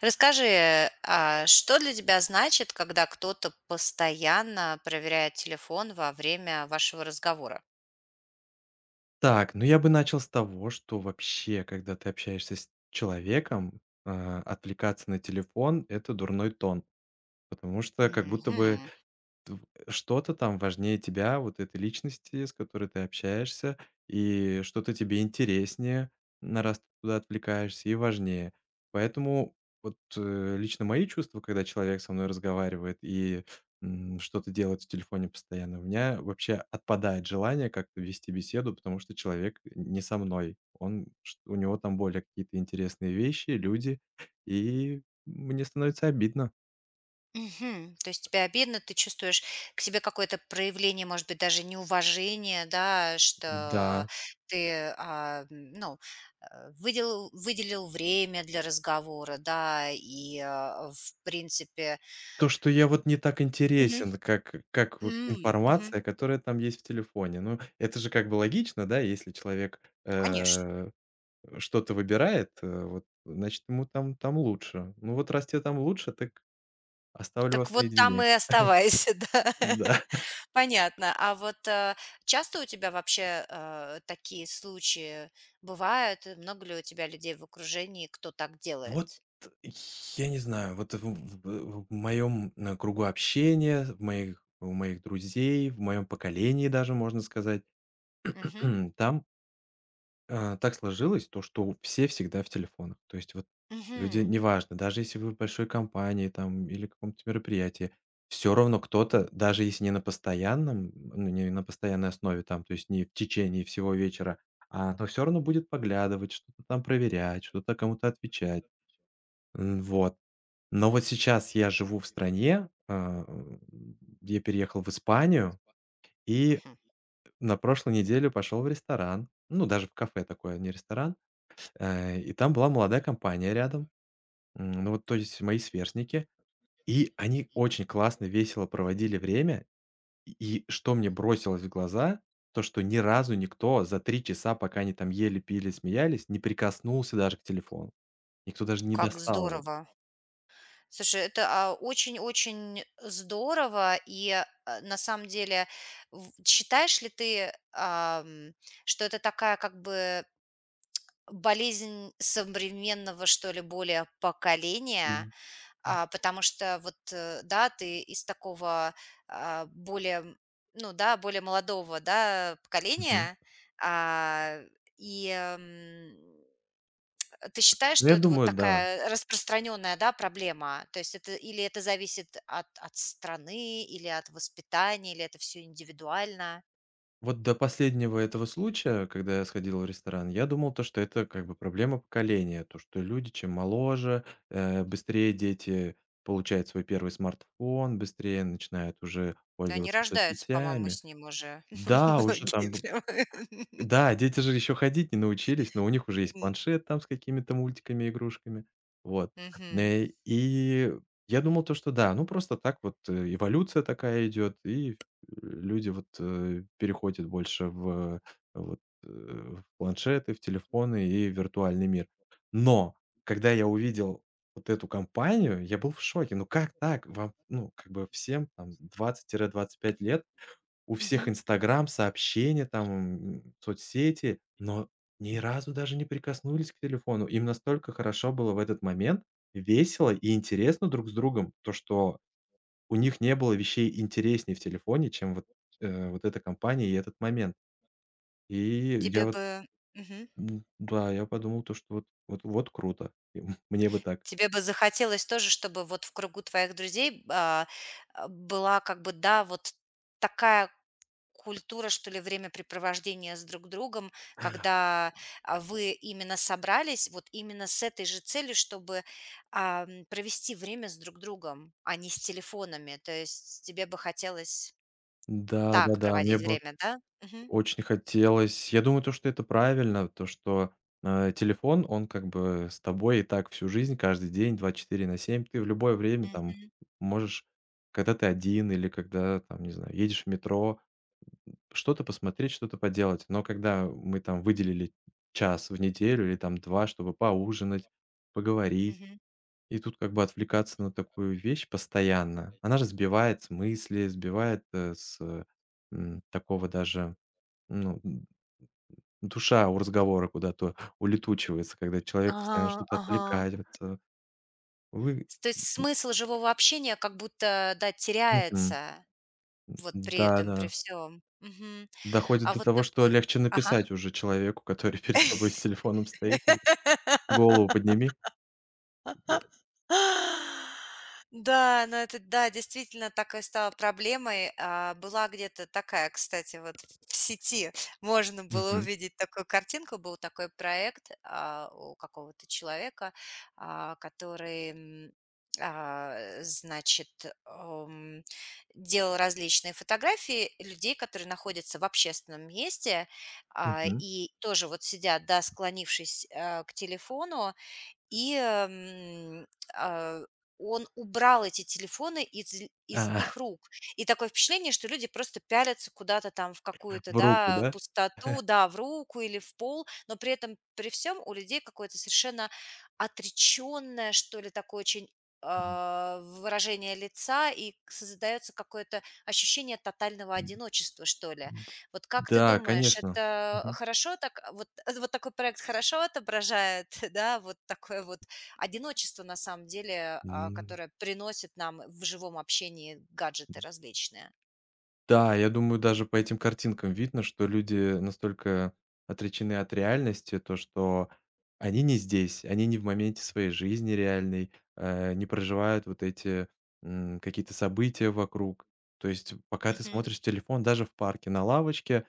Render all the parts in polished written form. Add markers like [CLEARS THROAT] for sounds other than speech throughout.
Расскажи, а что для тебя значит, когда кто-то постоянно проверяет телефон во время вашего разговора? Так, я бы начал с того, что вообще, когда ты общаешься с человеком, отвлекаться на телефон - это дурной тон. Потому что как будто бы Мгм. тв что-то там важнее тебя, вот этой личности, с которой ты общаешься, и что-то тебе интереснее, на раз ты туда отвлекаешься, и важнее. Поэтому вот, лично мои чувства, когда человек со мной разговаривает и, что-то делает в телефоне постоянно, у меня вообще отпадает желание как-то вести беседу, потому что человек не со мной. Он чт У него там более какие-то интересные вещи, люди, и мне становится обидно. Мгм. То есть тебе обидно, ты чувствуешь к себе какое-то проявление, может быть, даже неуважение, да, что Да. ты, ну, выделил время для разговора, да, и, в принципе. То, что я вот не так Мгм. интересен, как вот Мгм. информация, которая там есть в телефоне. Ну, это же как бы логично, да, если человек, Конечно. Что-то выбирает, э, вот, значит, ему там лучше. Ну вот раз тебе там лучше, так оставлю Так вас вот там наедине. и оставайся, [LAUGHS] да. Да. [LAUGHS] Понятно. А вот, часто у тебя вообще, такие случаи бывают? Много ли у тебя людей в окружении, кто так Вот делает? я не знаю, вот в моем, кругу общения, в моих у моих друзей, в моем поколении даже, можно сказать, Мгм. [CLEARS THROAT] там. Так сложилось, то что все всегда в телефонах. То есть вот люди, Мгм. неважно, даже если вы в большой компании там или каком-то мероприятии, все равно кто-то, даже если не на постоянном, ну, не на постоянной основе там, то есть не в течение всего вечера, но все равно будет поглядывать, что-то там проверять, что-то кому-то отвечать. Вот. Но вот сейчас я живу в стране, я переехал в Испанию и Мгм. на прошлой неделе пошел в ресторан. Ну, даже в кафе такое, не ресторан. И там была молодая компания рядом. Ну вот, то есть мои сверстники. И они очень классно, весело проводили время. И что мне бросилось в глаза, то, что ни разу никто за 3 часа, пока они там ели, пили, смеялись, не прикоснулся даже к телефону. Никто даже не Как достал его. здорово. Слушай, это, очень-очень здорово. И, на самом деле, в считаешь ли ты, что это такая как бы болезнь современного, что ли, более поколения? Потому что вот, да, ты из такого, более, ну да, более молодого, да, Мгм. поколения, а, и, м, ты считаешь, Ну, что я это вот думаю, да. такая распространенная, да, проблема? То есть это или это зависит от страны, или от воспитания, или это все индивидуально? Вот до последнего этого случая, когда я сходил в ресторан, я думал то, что это как бы проблема поколения, то, что люди чем моложе, быстрее дети получают свой первый смартфон, быстрее начинают уже Да, они пользоваться рождаются, по-моему, соцсетями. с ним уже [LAUGHS] Да, уже многие там прям. [LAUGHS] да, дети же еще ходить не научились, но у них уже есть М, планшет там с какими-то мультиками, игрушками. Вот. Мгм, И я думал то, что да, ну просто так вот, эволюция такая идет, и люди вот, переходят больше в, в планшеты, в телефоны и виртуальный мир. Но когда я увидел вот эту компанию, я был в шоке. Ну как так? Вам, ну, как бы всем там 20-25 лет, у всех мгм. "Инстаграм", сообщения там, соцсети, но ни разу даже не прикоснулись к телефону. Им настолько хорошо было в этот момент, весело и интересно друг с другом, то, что у них не было вещей интереснее в телефоне, чем вот, вот эта компания и этот момент. И я Тебе вот, бы Мгм. Да, я подумал, то, что вот круто. [LAUGHS] Мне бы так. Тебе бы захотелось тоже, чтобы вот в кругу твоих друзей, была как бы, да, вот такая культура, что ли, времяпрепровождения с друг другом, когда, вы именно собрались вот именно с этой же целью, чтобы, провести время с друг другом, а не с телефонами. То есть тебе бы хотелось так Да-да-да, мне проводить бы время, да? Мгм. очень хотелось. Я думаю, то, что это правильно, то, что, телефон, он как бы с тобой и так всю жизнь, каждый день, 24/7. Ты в любое время там Мгм. можешь, когда ты один или когда там, не знаю, едешь в метро, что-то посмотреть, что-то поделать. Но когда мы там выделили 1 час в неделю или там 2, чтобы поужинать, поговорить, Мгм. и тут как бы отвлекаться на такую вещь постоянно, она же сбивает с мысли, сбивает, такого даже, ну, душа у разговора куда-то улетучивается, когда человек Ага, постоянно что-то ага. отвлекается. Вы С То есть смысл живого общения как будто, да, мгм. теряется. Вот при этом, при Да-да. всем. Мгм. Доходит А до вот того, что такой легче Ага. написать уже человеку, который [LAUGHS] перед тобой с телефоном стоит уже. Голову подними. Да. [GASPS] Да, но это, да, действительно так и стало проблемой. Была где-то такая, кстати, вот в сети можно было Мгм, увидеть такую картинку. Был такой проект у какого-то человека, который, значит, ам, делал различные фотографии людей, которые находятся в общественном месте, мгм. и тоже вот сидят, да, склонившись, к телефону, и, а, он убрал эти телефоны из А, их рук. И такое впечатление, что люди просто пялятся куда-то там в [LAUGHS] какую-то, в руку, да, да? пустоту, да, в руку или в пол, но при этом, при всем, у людей какое-то совершенно отречённое, что ли, такое очень, М, выражение лица, и к создаётся какое-то ощущение тотального м, одиночества, что ли. Вот как ты да, думаешь, конечно. это Мгм. хорошо так, вот, [LAUGHS] вот такой проект хорошо отображает, [LAUGHS] да, вот такое вот одиночество на самом деле, М. которое приносит нам в живом общении гаджеты различные? Да, я думаю, даже по этим картинкам видно, что люди настолько отречены от реальности, то что они не здесь, они не в моменте своей жизни реальной, не проживают вот эти, какие-то события вокруг. То есть пока ты Мгм. смотришь в телефон, даже в парке на лавочке,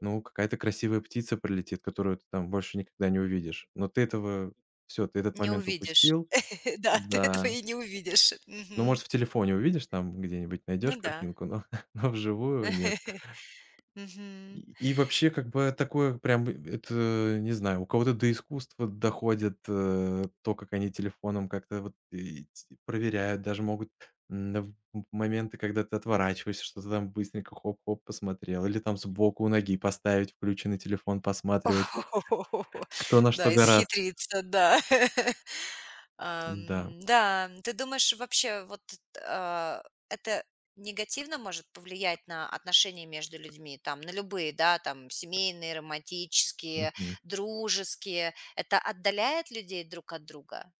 ну, какая-то красивая птица прилетит, которую ты там больше никогда не увидишь. Но ты этого все, ты этот Не момент увидишь. упустил. [LAUGHS] Да, ты этого Да. и не увидишь. Ну, Мгм. может, в телефоне увидишь, там где-нибудь Ну найдешь да. картинку, но [LAUGHS] но вживую нет. [LAUGHS] Мгм. И вообще, как бы такое прям, это, не знаю, у кого-то до искусства доходит, то, как они телефоном как-то вот и т проверяют, даже могут, в моменты, когда ты отворачиваешься, что-то там быстренько хоп-хоп посмотрел, или там сбоку у ноги поставить включенный телефон, посматривать, [LAUGHS] кто на что Да, гораст. исхитриться, да. [LAUGHS] Да. Да, ты думаешь, вообще вот, а, это негативно может повлиять на отношения между людьми, там, на любые, да, там, семейные, романтические, дружеские? Это отдаляет людей друг от друга?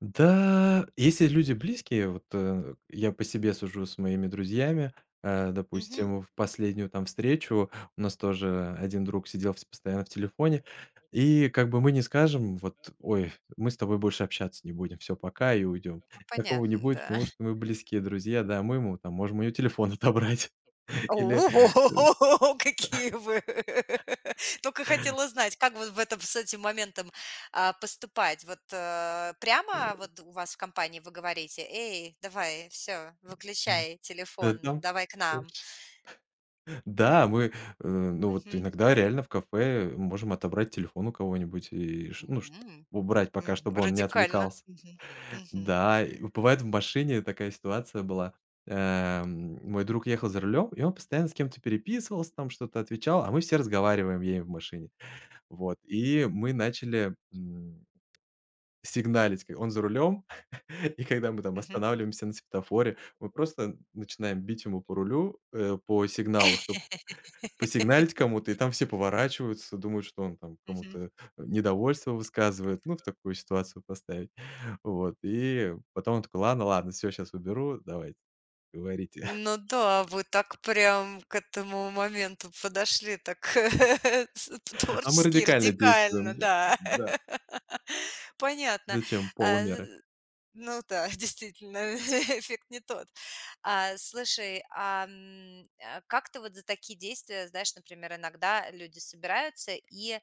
Да, если люди близкие, вот, я по себе сужу с моими друзьями, Мгм. допустим, в последнюю там встречу у нас тоже один друг сидел вс постоянно в телефоне, и как бы мы не скажем вот: "Ой, мы с тобой больше общаться не будем, все, пока", и уйдем. Ну, Такого понятно, не будет, да. потому что мы близкие друзья, да, мы ему там можем у него телефон отобрать [LAUGHS] О, или, [LAUGHS] какие вы! [LAUGHS] Только хотела знать, как вот в этом с этим моментом, поступать? Вот, э, прямо вот у вас в компании вы говорите: "Эй, давай, все, э, выключай да там. телефон, давай к нам". Да, мы, ну, вот Мгм. иногда реально в кафе можем отобрать телефон у кого-нибудь и, ш ну, ш М, убрать пока, Мгм, чтобы он не радикально. отвлекался. Мгм, мгм, Да, и бывает в машине такая ситуация была. Мой друг ехал за рулем, и он постоянно с кем-то переписывался, там что-то отвечал, а мы все разговариваем ей в машине. Вот, и мы начали, сигналить, как он за рулем, [LAUGHS] и когда мы там мгм, останавливаемся на светофоре, мы просто начинаем бить ему по рулю, по сигналу, чтобы посигналить кому-то, и там все поворачиваются, думают, что он там мгм. кому-то недовольство высказывает, ну, в такую ситуацию поставить. Вот, и потом он такой: "Ладно, ладно, все, сейчас уберу, давайте, говорите". Ну [LAUGHS] да, вы так прям к этому моменту подошли так [LAUGHS] с А мы творчески и радикально радикально, действуем, да. да. Да. [LAUGHS] Понятно. Зачем А, полумеры? ну да, [LAUGHS] действительно, [LAUGHS] эффект не тот. Слушай, как ты вот за такие действия, знаешь, например, иногда люди собираются и,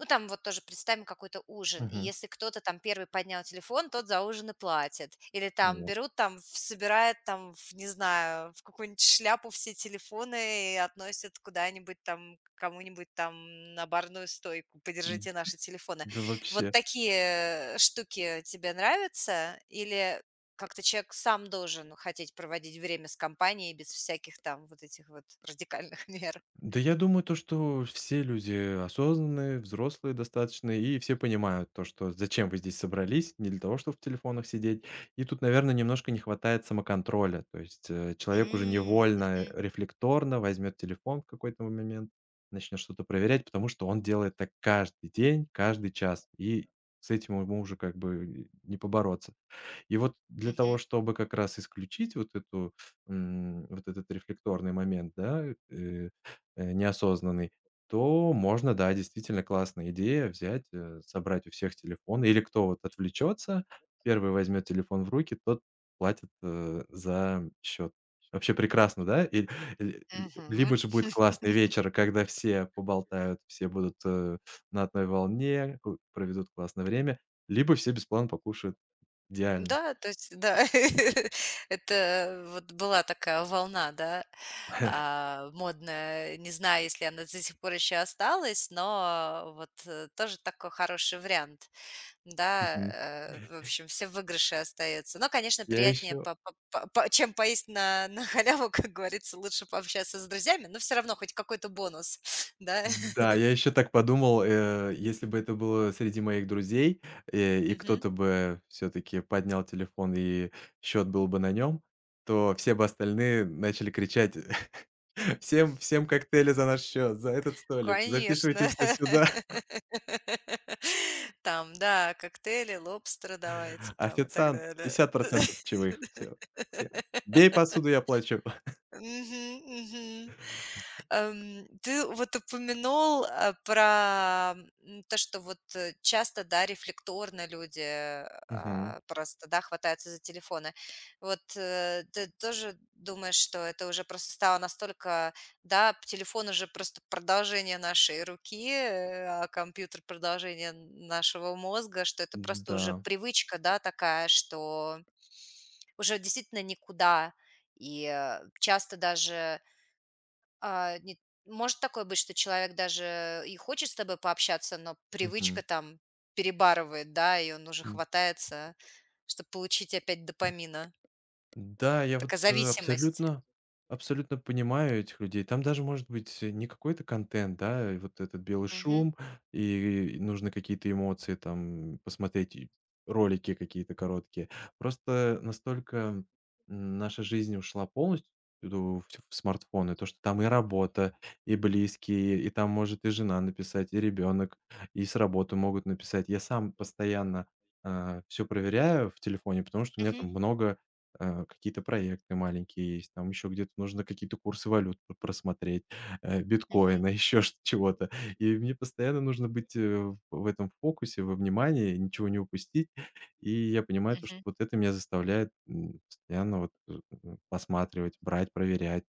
ну, там вот тоже представим какой-то ужин, и Мгм. если кто-то там первый поднял телефон, тот за ужин и платит. Или там Во. берут, там, в собирают там, в не знаю, в какую-нибудь шляпу все телефоны и относят куда-нибудь там к кому-нибудь там на барную стойку: "Подержите наши телефоны". Да Вот вообще. такие, штуки тебе нравятся? Или как-то человек сам должен хотеть проводить время с компанией без всяких там вот этих вот радикальных [LAUGHS] мер? Да я думаю, то, что все люди осознанные, взрослые достаточно, и все понимают то, что зачем вы здесь собрались, не для того, чтобы в телефонах сидеть. И тут, наверное, немножко не хватает самоконтроля. То есть человек уже М, невольно, Мгм, рефлекторно возьмет телефон в какой-то момент, начнет что-то проверять, потому что он делает так каждый день, каждый час. И с этим ему уже как бы не побороться. И вот для того, мгм, чтобы как раз исключить вот эту, вот этот рефлекторный момент, да, э, неосознанный, то можно, да, действительно классная идея взять, собрать у всех телефоны или кто вот отвлечется, первый возьмет телефон в руки, тот платит, за счет. Вообще прекрасно, да? И ль ль мгм. либо же будет классный вечер, когда все поболтают, все будут, на одной волне, ку проведут классное время, либо все бесплатно покушают. Идеально. Да, то есть, да, [LAUGHS] это вот была такая волна, да, модная. Не знаю, если она до сих пор еще осталась, но вот, тоже такой хороший вариант, да. Мгм. В общем, все выигрыши остаются. Но, конечно, Я приятнее, еще чем поесть на халяву, [LAUGHS] как говорится, лучше пообщаться с друзьями, но все равно хоть какой-то бонус, [LAUGHS] да. [LAUGHS] да, я еще так подумал, если бы это было среди моих друзей, и Мгм. кто-то бы все-таки поднял телефон и счет был бы на нем, то все бы остальные начали кричать: [LAUGHS] Всем коктейли за наш счет, за этот столик, записывайте Конечно. все сюда. [LAUGHS] Там, да, коктейли, лобстеры давайте [LAUGHS] там и так Официант, далее. 50% [LAUGHS] пчевых, всем. Бей посуду, я плачу". [LAUGHS] Мгм, мгм. Ты вот упомянул, про, то, что вот, часто, да, рефлекторно люди, Мгм. Просто, да, хватаются за телефоны. Вот, ты тоже думаешь, что это уже просто стало настолько, да, телефон уже просто продолжение нашей руки, а компьютер- продолжение нашего мозга, что это просто уже Да. привычка, да, такая, что уже действительно никуда. И, часто даже, не может такое быть, что человек даже и хочет с тобой пообщаться, но привычка Мгм. там перебарывает, да, и он уже хватается, чтобы получить опять допамина. Да, я вот, Такая зависимость. Абсолютно понимаю этих людей. Там даже может быть не какой-то контент, да, и вот этот белый Мгм. шум, и нужны какие-то эмоции там посмотреть, и ролики какие-то короткие. Просто настолько наша жизнь ушла полностью в в смартфоны, то, что там и работа, и близкие, и там может и жена написать, и ребенок, и с работы могут написать. Я сам постоянно, все проверяю в телефоне, потому что у меня Мгм. там много какие-то проекты маленькие есть, там еще где-то нужно какие-то курсы валют просмотреть, [LAUGHS] Мгм. биткоина, еще [LAUGHS] чего-то. И мне постоянно нужно быть в этом фокусе, во внимании, ничего не упустить. И я понимаю, то, что Мгм. вот это меня заставляет постоянно вот посматривать, брать, проверять.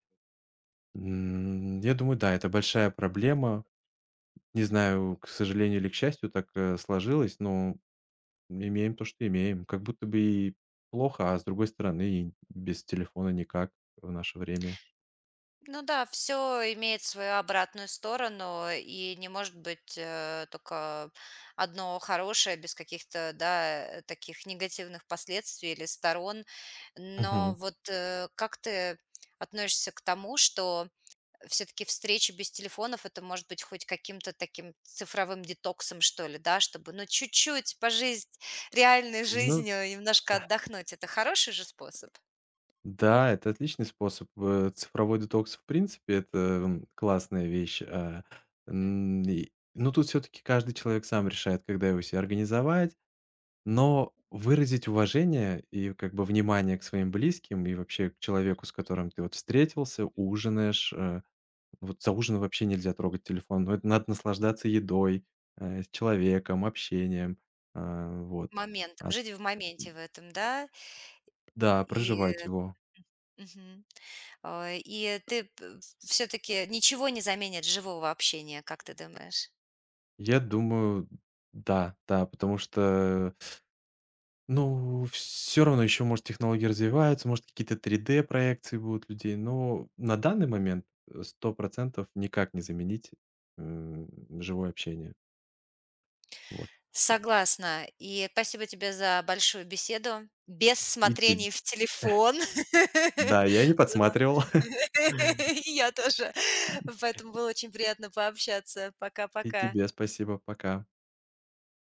Я думаю, да, это большая проблема. Не знаю, к сожалению или к счастью, так сложилось, но имеем то, что имеем. Как будто бы и плохо, а с другой стороны, и без телефона никак в наше время. Ну да, все имеет свою обратную сторону, и не может быть, только одно хорошее без каких-то, да, таких негативных последствий или сторон. Но Мгм. вот, как ты относишься к тому, что все-таки встречи без телефонов, это может быть хоть каким-то таким цифровым детоксом, что ли, да, чтобы, ну, чуть-чуть пожить реальной Ну жизнью, немножко отдохнуть. Это хороший же способ. да, это отличный способ. Цифровой детокс, в принципе, это, классная вещь. Мгм. Но тут все таки каждый человек сам решает, когда его себе организовать. Но выразить уважение и как бы внимание к своим близким, и вообще к человеку, с которым ты вот встретился, ужинаешь, вот за ужином вообще нельзя трогать телефон, но это надо наслаждаться едой, с человеком, общением, вот. Моментом, А, жить в моменте в этом, да. да, и проживать его. Мгм. А, и ты все-таки ничего не заменит живого общения, как ты думаешь? Я думаю, да, да, потому что, ну, все равно еще, может, технологии развиваются, может, какие-то 3D-проекции будут людей, но на данный момент, 100% никак не заменить, м, живое общение. Вот. Согласна. И спасибо тебе за большую беседу. Без И тебе, смотрений в телефон. да, я не [LAUGHS] Было подсматривал. [LAUGHS] [LAUGHS] И я тоже. Поэтому было очень приятно пообщаться. И Пока-пока. тебе спасибо. Пока.